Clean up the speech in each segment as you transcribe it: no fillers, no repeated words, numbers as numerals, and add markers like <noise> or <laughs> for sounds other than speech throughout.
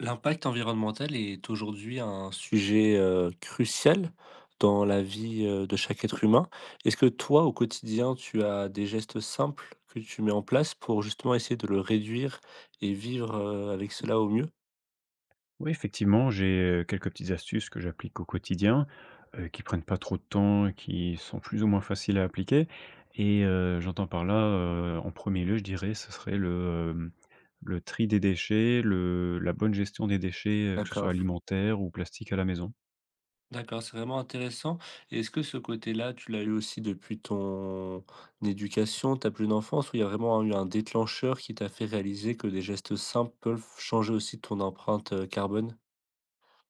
L'impact environnemental est aujourd'hui un sujet crucial dans la vie, de chaque être humain. Est-ce que toi, au quotidien, tu as des gestes simples que tu mets en place pour justement essayer de le réduire et vivre, avec cela au mieux? Oui, effectivement, j'ai, quelques petites astuces que j'applique au quotidien, qui prennent pas trop de temps et qui sont plus ou moins faciles à appliquer et j'entends par là, en premier lieu, je dirais, ce serait le tri des déchets, le la bonne gestion des déchets, que ce soit D'accord. alimentaire ou plastique à la maison. D'accord, c'est vraiment intéressant et est-ce que ce côté-là, tu l'as eu aussi depuis ton éducation, ta plus enfance, où il y a vraiment eu un déclencheur qui t'a fait réaliser que des gestes simples peuvent changer aussi ton empreinte, carbone?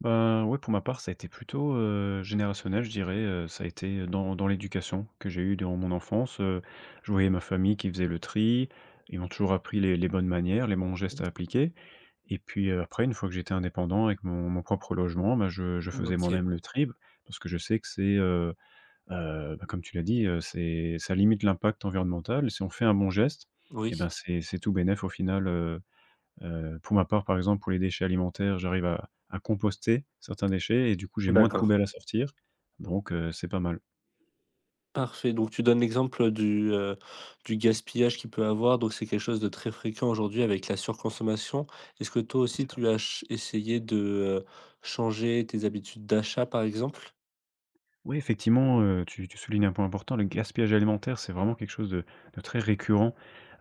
Ben, ouais, pour ma part, ça a été plutôt, générationnel, je dirais, ça a été, dans l'éducation que j'ai eue durant mon enfance. Je voyais ma famille qui faisait le tri. Ils m'ont toujours appris les bonnes manières, les bons gestes à appliquer. Et puis, après une fois que j'étais indépendant avec mon propre logement, bah, je faisais OK, moi-même le tri, parce que je sais que c'est, bah, comme tu l'as dit, c'est ça limite l'impact environnemental. Si on fait un bon geste, et oui. ben, c'est tout bénef au final. Pour ma part, par exemple, pour les déchets alimentaires, j'arrive à composter certains déchets et du coup, j'ai moins de D'accord. poubelles à sortir, donc c'est pas mal. Parfait, donc tu donnes l'exemple du gaspillage qu'il peut avoir, donc c'est quelque chose de très fréquent aujourd'hui avec la surconsommation. Est-ce que toi C'est aussi ça. tu as ch essayé de, changer tes habitudes d'achat par exemple? Oui, effectivement, tu soulignes un point important, le gaspillage alimentaire, c'est vraiment quelque chose de très récurrent,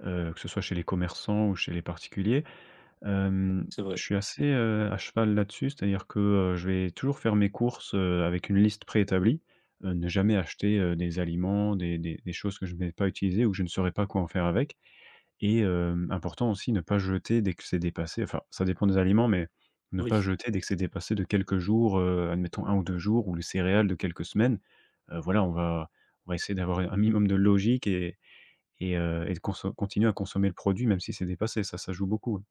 que ce soit chez les commerçants ou chez les particuliers. Hem, C'est vrai. je suis assez, à cheval là-dessus, c'est-à-dire que, je vais toujours faire mes courses, avec une liste préétablie, ne jamais acheter, des aliments, des choses que je ne vais pas utiliser ou que je ne saurais pas quoi en faire avec. Et important aussi, ne pas jeter dès que c'est dépassé, enfin, ça dépend des aliments, mais ne pas Oui. jeter dès que c'est dépassé de quelques jours, admettons un ou 2 jours, ou les céréales de quelques semaines. Voilà, on va essayer d'avoir un minimum de logique et de conso continuer à consommer le produit même si c'est dépassé, ça joue beaucoup, hein.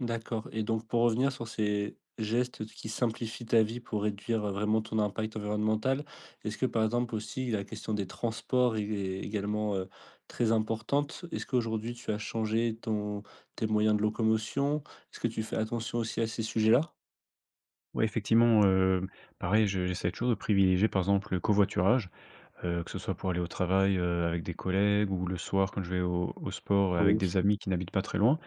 D'accord et donc pour revenir sur ces gestes qui simplifient ta vie pour réduire, vraiment ton impact environnemental, est-ce que par exemple aussi la question des transports est également, très importante? Est-ce qu'aujourd'hui tu as changé ton tes moyens de locomotion? Est-ce que tu fais attention aussi à ces sujets-là? Ouais, effectivement, pareil, je j'essaie toujours de privilégier, par exemple, le covoiturage, que ce soit pour aller au travail, avec des collègues, ou le soir quand je vais au sport avec Oui, des amis qui n'habitent pas très loin.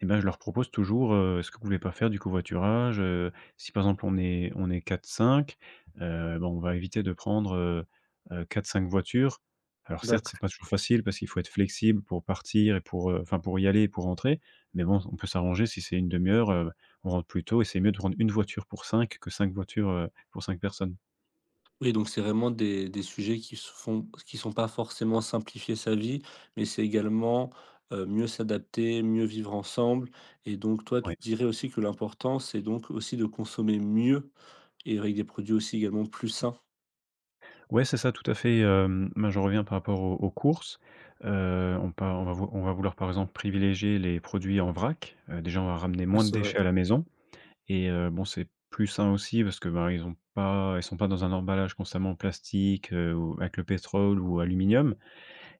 Et ben, je leur propose toujours: «Est-ce que vous voulez pas faire du covoiturage? Si par exemple on est quatre cinq, ben, on va éviter de prendre, 4-5 voitures». Alors certes, c'est d'accord. pas toujours facile parce qu'il faut être flexible pour partir et pour, enfin pour y aller et pour rentrer, mais bon, on peut s'arranger. Si c'est une demi heure, on rentre plus tôt et c'est mieux de prendre une voiture pour 5 que 5 voitures, pour 5 personnes. Oui, donc c'est vraiment des sujets qui se font qui sont pas forcément simplifier sa vie, mais c'est également, mieux s'adapter, mieux vivre ensemble et donc toi, tu Ouais. dirais aussi que l'important, c'est donc aussi de consommer mieux et avec des produits aussi également plus sains? Ouais, c'est ça, tout à fait, ben, j'en reviens par rapport aux courses. On par on va vou On va vouloir, par exemple, privilégier les produits en vrac. Déjà, on va ramener Oui, moins de c'est vrai. déchets à la maison, et bon, c'est plus sain aussi parce que, ben, ils sont pas dans un emballage constamment en plastique, ou avec le pétrole ou aluminium.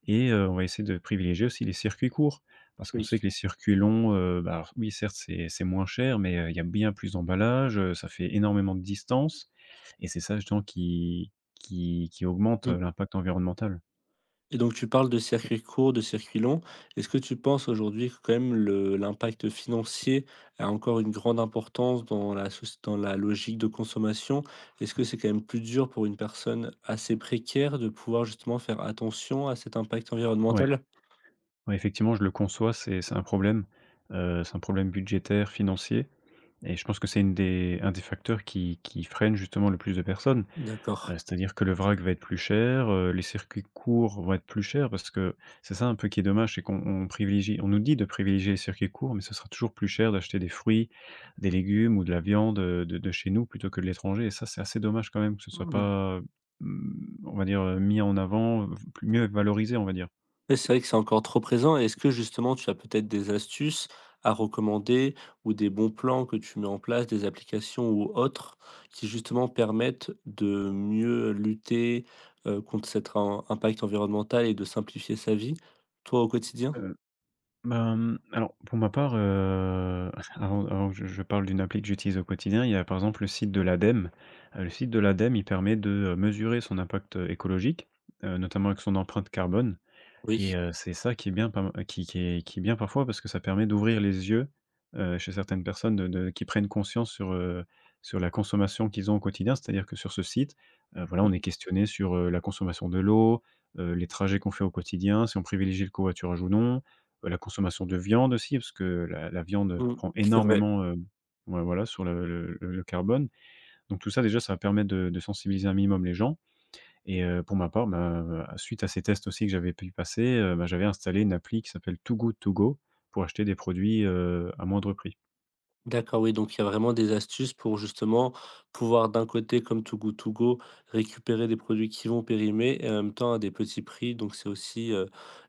Et on va essayer de privilégier aussi les circuits courts, parce qu'on Oui. sait que les circuits longs, bah, alors oui, certes, c'est moins cher, mais il y a bien plus d'emballage, ça fait énormément de distance et c'est ça justement qui augmente, l'impact environnemental. Et donc tu parles de circuits courts, de circuits longs. Est-ce que tu penses aujourd'hui que quand même le l'impact financier a encore une grande importance dans la soci dans la logique de consommation? Est-ce que c'est quand même plus dur pour une personne assez précaire de pouvoir justement faire attention à cet impact Ouais, environnemental? ouais, effectivement, je le conçois, c'est un problème, c'est un problème budgétaire, financier, et je pense que c'est une des un des facteurs qui freine justement le plus de personnes. D'accord. C'est-à-dire que le vrac va être plus cher, les circuits courts vont être plus chers parce que c'est ça un peu qui est dommage, c'est qu'on nous dit de privilégier les circuits courts, mais ce sera toujours plus cher d'acheter des fruits, des légumes ou de la viande, de chez nous plutôt que de l'étranger, et ça, c'est assez dommage quand même que ce soit Mmh. pas, mmh, on va dire, mis en avant, v plus mieux valorisé, on va dire. Ouais, c'est vrai que c'est encore trop présent. Est-ce que justement tu as peut-être des astuces à recommander ou des bons plans que tu mets en place, des applications ou autres qui justement permettent de mieux lutter, contre cet im impact environnemental et de simplifier sa vie, toi, au quotidien? Euh, Bah, alors pour ma part, <laughs> avant que je parle d'une appli que j'utilise au quotidien, il y a par exemple le site de l'ADEME. Le site de l'ADEME, il permet de, mesurer son impact, écologique, notamment avec son empreinte carbone. Oui. Et c'est ça qui est bien parfois parce que ça permet d'ouvrir les yeux, chez certaines personnes de qui prennent conscience sur, sur la consommation qu'ils ont au quotidien. C'est-à-dire que sur ce site, voilà, on est questionné sur, la consommation de l'eau, les trajets qu'on fait au quotidien, si on privilégie le covoiturage ou non, la consommation de viande aussi, parce que la viande Mmh, prend c'est vrai. énormément, ouais, voilà, sur le carbone. Donc tout ça déjà, ça permet de sensibiliser un minimum les gens. Et pour ma part, ben, suite à ces tests aussi que j'avais pu passer, bah, j'avais installé une appli qui s'appelle Too Good To Go, pour acheter des produits, à moindre prix. D'accord, oui, donc il y a vraiment des astuces pour justement pouvoir d'un côté, comme Too Good To Go, récupérer des produits qui vont périmer et en même temps à des petits prix. Donc c'est aussi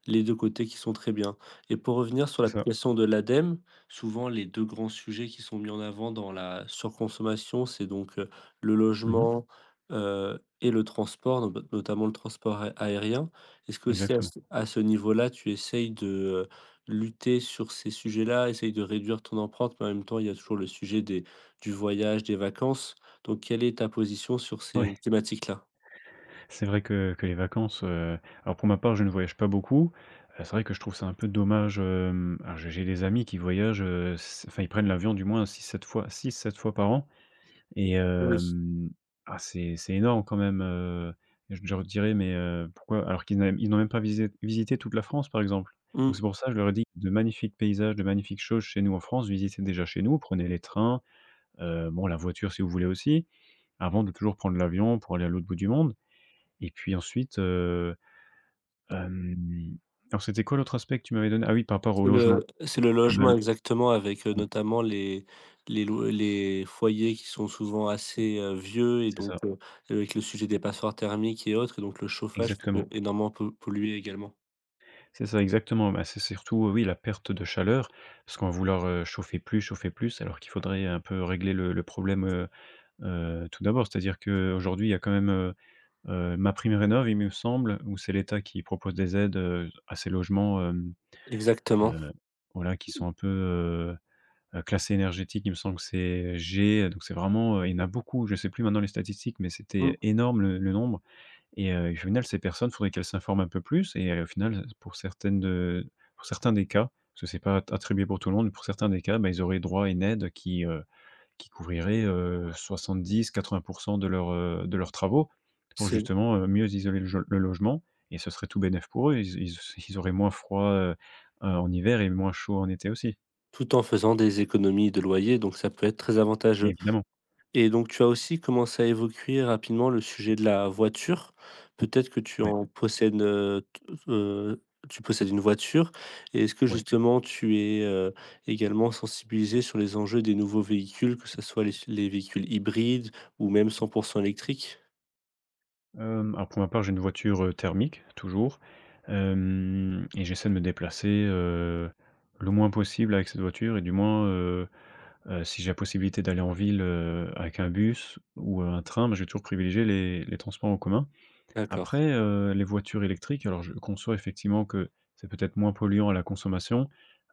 les deux côtés qui sont très bien. Et pour revenir sur C'est ça. Voilà. l'application de l'ADEME, souvent les deux grands sujets qui sont mis en avant dans la surconsommation, c'est donc le Mmh. logement et le transport, notamment le transport aérien. Est-ce que aussi Exactement. À ce niveau-là, tu essayes de lutter sur ces sujets-là, essaye de réduire ton empreinte, mais en même temps, il y a toujours le sujet des du voyage, des vacances. Donc quelle est ta position sur ces Ouais, thématiques-là? <laughs> c'est vrai que les vacances, alors pour ma part, je ne voyage pas beaucoup. C'est vrai que je trouve ça un peu dommage, alors j'ai des amis qui voyagent, s enfin ils prennent l'avion du moins six sept fois par an. Et Oui. Ah, c'est énorme quand même, je leur dirais: «Mais pourquoi?» alors qu'ils n'ont même pas visité toute la France, par exemple. Donc Mmh, c'est pour ça, que je leur ai dit: «De magnifiques paysages, de magnifiques choses chez nous en France, visitez déjà chez nous, prenez les trains, bon, la voiture si vous voulez aussi, avant de toujours prendre l'avion pour aller à l'autre bout du monde». Et puis ensuite, hem, alors c'était quoi l'autre aspect que tu m'avais donné? Ah oui, par rapport au logement. c'est le Et ben, logement le exactement avec, notamment les lo les foyers qui sont souvent assez, vieux et c'est donc ça, avec le sujet des passoires thermiques et autres et donc le chauffage qui peut exactement. énormément po polluer également. C'est ça, exactement. Bah, c'est surtout, oui, la perte de chaleur, parce qu'on va vouloir, chauffer plus, alors qu'il faudrait un peu régler le problème, tout d'abord. C'est-à-dire qu'aujourd'hui, il y a quand même, Ma Prime Rénov., il me semble, où c'est l'État qui propose des aides, à ces logements, Exactement. heu, voilà, qui sont un peu, classés énergétiques. Il me semble que c'est G, donc c'est vraiment, il y en a beaucoup. Je ne sais plus maintenant les statistiques, mais Mmh. c'était énorme le nombre. Et au final, ces personnes, faudrait qu'elles s'informent un peu plus, et au final, pour certains des cas, parce que c'est pas at attribué pour tout le monde, mais pour certains des cas, bah, ils auraient droit à une aide qui couvrirait, 70-80 de leurs travaux pour C'est justement, mieux isoler le logement, et ce serait tout bénef pour eux. Ils auraient moins froid, en hiver, et moins chaud en été aussi, tout en faisant des économies de loyer, donc ça peut être très avantageux. évidemment. Et donc tu as aussi commencé à évoquer rapidement le sujet de la voiture. Peut-être que tu Ouais, en possèdes, t heu, tu possèdes une voiture et est-ce que ouais. justement tu es, également sensibilisé sur les enjeux des nouveaux véhicules, que ce soit les véhicules hybrides ou même 100% électriques? Alors pour ma part, j'ai une voiture, thermique toujours, hem et j'essaie de me déplacer, le moins possible avec cette voiture, et du moins, si j'ai la possibilité d'aller en ville, avec un bus ou un train, bah, je vais toujours privilégier les transports en commun. D'accord. Après, les voitures électriques, alors je conçois effectivement que c'est peut-être moins polluant à la consommation,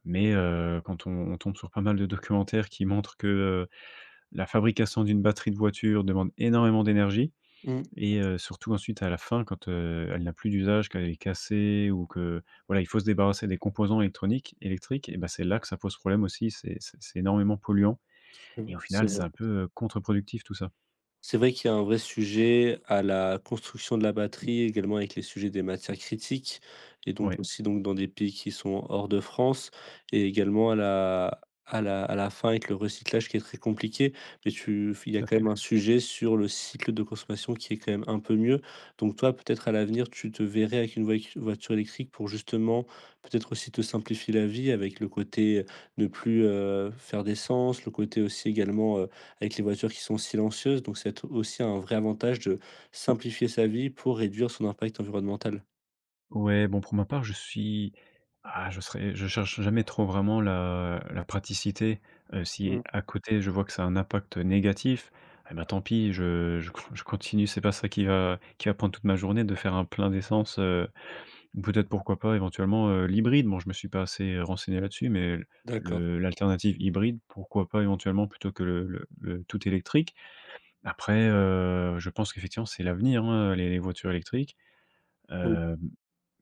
mais quand on tombe sur pas mal de documentaires qui montrent que, la fabrication d'une batterie de voiture demande énormément d'énergie. Mmh. Et surtout ensuite à la fin quand, elle n'a plus d'usage, qu'elle est cassée ou que voilà, il faut se débarrasser des composants électroniques électriques, et ben c'est là que ça pose problème aussi, c'est énormément polluant, et au Je final, vois. c'est un peu, contre-productif tout ça. C'est vrai qu'il y a un vrai sujet à la construction de la batterie, également avec les sujets des matières critiques et donc Ouais, aussi donc dans des pays qui sont hors de France et également à la à la fin avec le recyclage qui est très compliqué. Mais tu il y tout a à quand fait. même un sujet sur le cycle de consommation qui est quand même un peu mieux. Donc toi, peut-être à l'avenir, tu te verrais avec une voic voiture électrique pour justement peut-être aussi te simplifier la vie avec le côté, ne plus, faire d'essence, le côté aussi également, avec les voitures qui sont silencieuses, donc c'est aussi un vrai avantage de simplifier sa vie pour réduire son impact environnemental. Ouais, bon, pour ma part, je suis ah, je serais je cherche jamais trop vraiment la praticité, si Mmh. à côté je vois que ça a un impact négatif, eh ben, tant pis, je continue, c'est pas ça qui va prendre toute ma journée de faire un plein d'essence. Peut-être, pourquoi pas, éventuellement, l'hybride. Bon, je me suis pas assez renseigné là-dessus, mais D'accord. le l'alternative hybride, pourquoi pas éventuellement, plutôt que le tout électrique. Après, je pense qu'effectivement c'est l'avenir, hein, les voitures électriques. Mmh. Hem,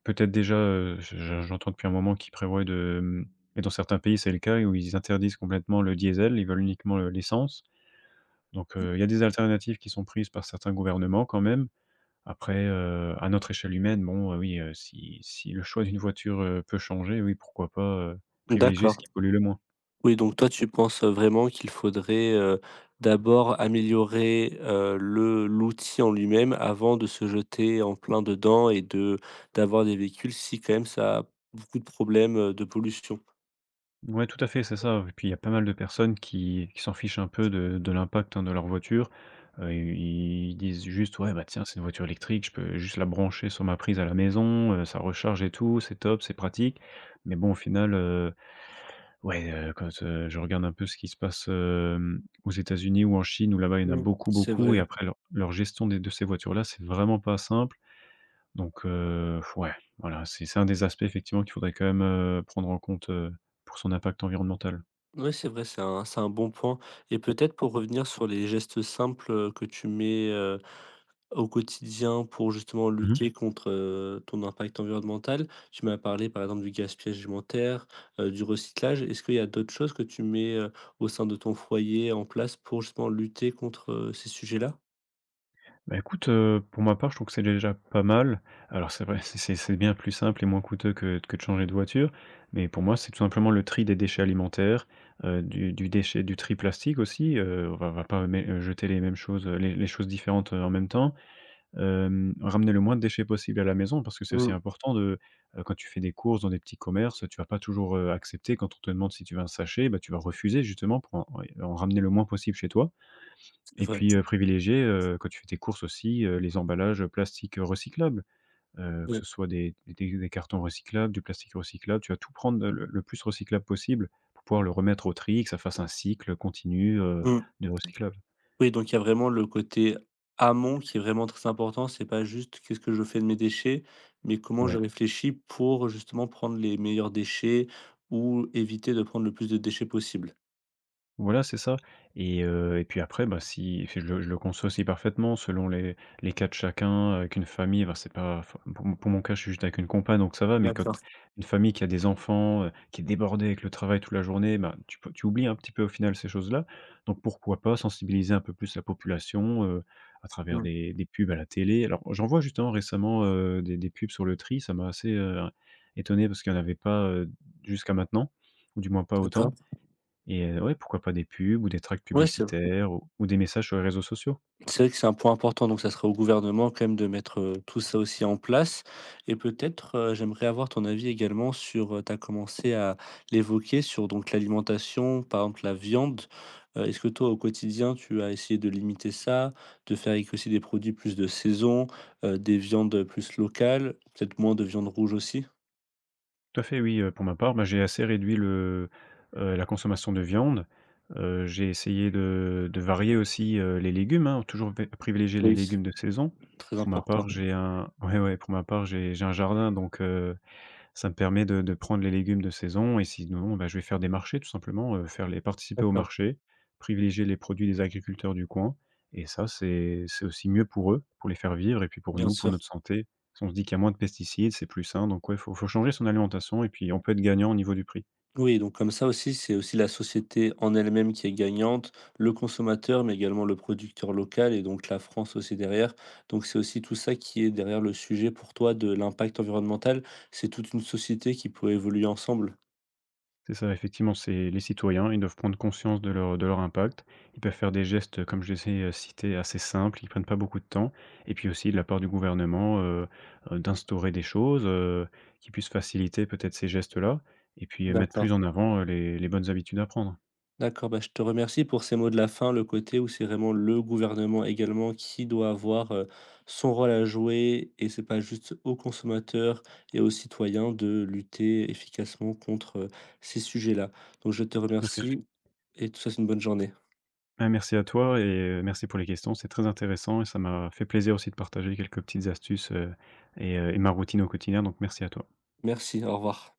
Peut-être déjà, je j'entends depuis un moment qu'ils prévoient de et dans certains pays c'est le cas où ils interdisent complètement le diesel, ils veulent uniquement, l'essence. Donc, il y a des alternatives qui sont prises par certains gouvernements quand même. Après, à notre échelle humaine, bon, oui, si le choix d'une voiture, peut changer, oui, pourquoi pas, heu, privilégier ce D'accord. qui pollue le moins. Oui, donc toi, tu penses, vraiment qu'il faudrait, d'abord améliorer, le l'outil en lui-même avant de se jeter en plein dedans et de d'avoir des véhicules si quand même ça a beaucoup de problèmes, de pollution. Ouais, tout à fait, c'est ça et puis il y a pas mal de personnes qui s'en fichent un peu de l'impact, hein, de leur voiture. Ils disent juste: «Ouais, bah, tiens, c'est une voiture électrique, je peux juste la brancher sur ma prise à la maison, ça recharge et tout, c'est top, c'est pratique». Mais bon, au final, Ouais, quand, je regarde un peu ce qui se passe, aux États-Unis ou en Chine, où là-bas, il y en a Mmh. beaucoup, C'est beaucoup et vrai. après leur gestion des de ces voitures-là, c'est vraiment pas simple donc ouais, voilà, c'est un des aspects effectivement qu'il faudrait quand même, prendre en compte, pour son impact environnemental. Oui, c'est vrai, c'est un bon point et peut-être pour revenir sur les gestes simples, que tu mets, euh, au quotidien pour justement Mmh mh. lutter contre, ton impact environnemental, tu m'as parlé par exemple du gaspillage alimentaire, du recyclage. Est-ce qu'il y a d'autres choses que tu mets, au sein de ton foyer en place pour justement lutter contre, ces sujets-là? Bah, écoute, pour ma part, je trouve que c'est déjà pas mal. Alors c'est vrai, <laughs> c'est bien plus simple et moins coûteux que de changer de voiture, mais pour moi, c'est tout simplement le tri des déchets alimentaires, du déchet du tri plastique aussi, on va pas mé jeter les mêmes choses, les choses différentes, en même temps. Ramener le moins de déchets possible à la maison parce que c'est aussi Mmh. important de, quand tu fais des courses dans des petits commerces, tu vas pas toujours, accepter quand on te demande si tu veux un sachet, bah, tu vas refuser justement pour en en ramener le moins possible chez toi. C'est Et vrai. puis, privilégier, quand tu fais tes courses aussi, les emballages, plastiques, recyclables, que Mmh. ce soit des cartons recyclables, du plastique recyclable. Tu vas tout prendre, le plus recyclable possible pour pouvoir le remettre au tri et que ça fasse un cycle, continu, Mmh. de recyclable. Oui, donc il y a vraiment le côté amont qui est vraiment très important. C'est pas juste: «Qu'est-ce que je fais de mes déchets?» mais comment je Ouais. réfléchis pour justement prendre les meilleurs déchets ou éviter de prendre le plus de déchets possible? Voilà, c'est ça et puis après, bah, si si je le conçois aussi parfaitement selon les cas de chacun, avec une famille, bah, c'est pas enfin, pour mon cas, je suis juste avec une compagne, donc ça va, mais quand D'accord. une famille qui a des enfants, qui est débordée avec le travail toute la journée, bah tu peux tu oublies un petit peu au final ces choses-là, donc pourquoi pas sensibiliser un peu plus la population, à travers Mmh. des pubs à la télé? Alors j'en vois justement récemment, des pubs sur le tri, ça m'a assez, étonné parce qu'il y en avait pas, jusqu'à maintenant, ou du moins pas autant. D'accord. Et ouais, pourquoi pas des pubs ou des tracts Ouais, publicitaires ou des messages sur les réseaux sociaux. c'est vrai que c'est un point important, donc ça sera au gouvernement quand même de mettre, tout ça aussi en place et peut-être, j'aimerais avoir ton avis également sur, tu as commencé à l'évoquer sur donc l'alimentation, par exemple la viande. Est-ce que toi au quotidien tu as essayé de limiter ça, de faire avec aussi des produits plus de saison, des viandes plus locales, peut-être moins de viande rouge aussi? Tout à fait, oui, pour ma part, bah, j'ai assez réduit la consommation de viande. J'ai essayé de varier aussi, les légumes, hein, toujours p privilégier les Oui, légumes de saison. très Pour ma important. part, j'ai un ouais, ouais, pour ma part, j'ai un jardin donc ça me permet de prendre les légumes de saison et sinon, bah, je vais faire des marchés tout simplement, faire les participer aux D'accord, marchés, privilégier les produits des agriculteurs du coin et ça, c'est aussi mieux pour eux, pour les faire vivre et puis pour bien nous, pour sûr. notre santé. Si on se dit qu'il y a moins de pesticides, c'est plus sain donc ouais, faut changer son alimentation et puis on peut être gagnant au niveau du prix. Oui, donc comme ça aussi, c'est aussi la société en elle-même qui est gagnante, le consommateur, mais également le producteur local et donc la France aussi derrière. Donc c'est aussi tout ça qui est derrière le sujet pour toi de l'impact environnemental. C'est toute une société qui peut évoluer ensemble. C'est ça, effectivement, c'est les citoyens, ils doivent prendre conscience de leur impact. Ils peuvent faire des gestes, comme je les ai, cités, assez simples, qui prennent pas beaucoup de temps et puis aussi de la part du gouvernement, d'instaurer des choses, qui puissent faciliter peut-être ces gestes-là et puis, mettre D'accord. plus en avant, les bonnes habitudes à prendre. D'accord, bah, je te remercie pour ces mots de la fin, le côté où c'est vraiment le gouvernement également qui doit avoir, son rôle à jouer et c'est pas juste aux consommateurs et aux citoyens de lutter efficacement contre, ces sujets-là. Donc je te tout à fait. Tout à fait. Remercie et tout ça c'est une bonne journée. Ah, merci à toi et merci pour les questions. C'est très intéressant et ça m'a fait plaisir aussi de partager quelques petites astuces, et ma routine au quotidien, donc merci à toi. Merci, au revoir.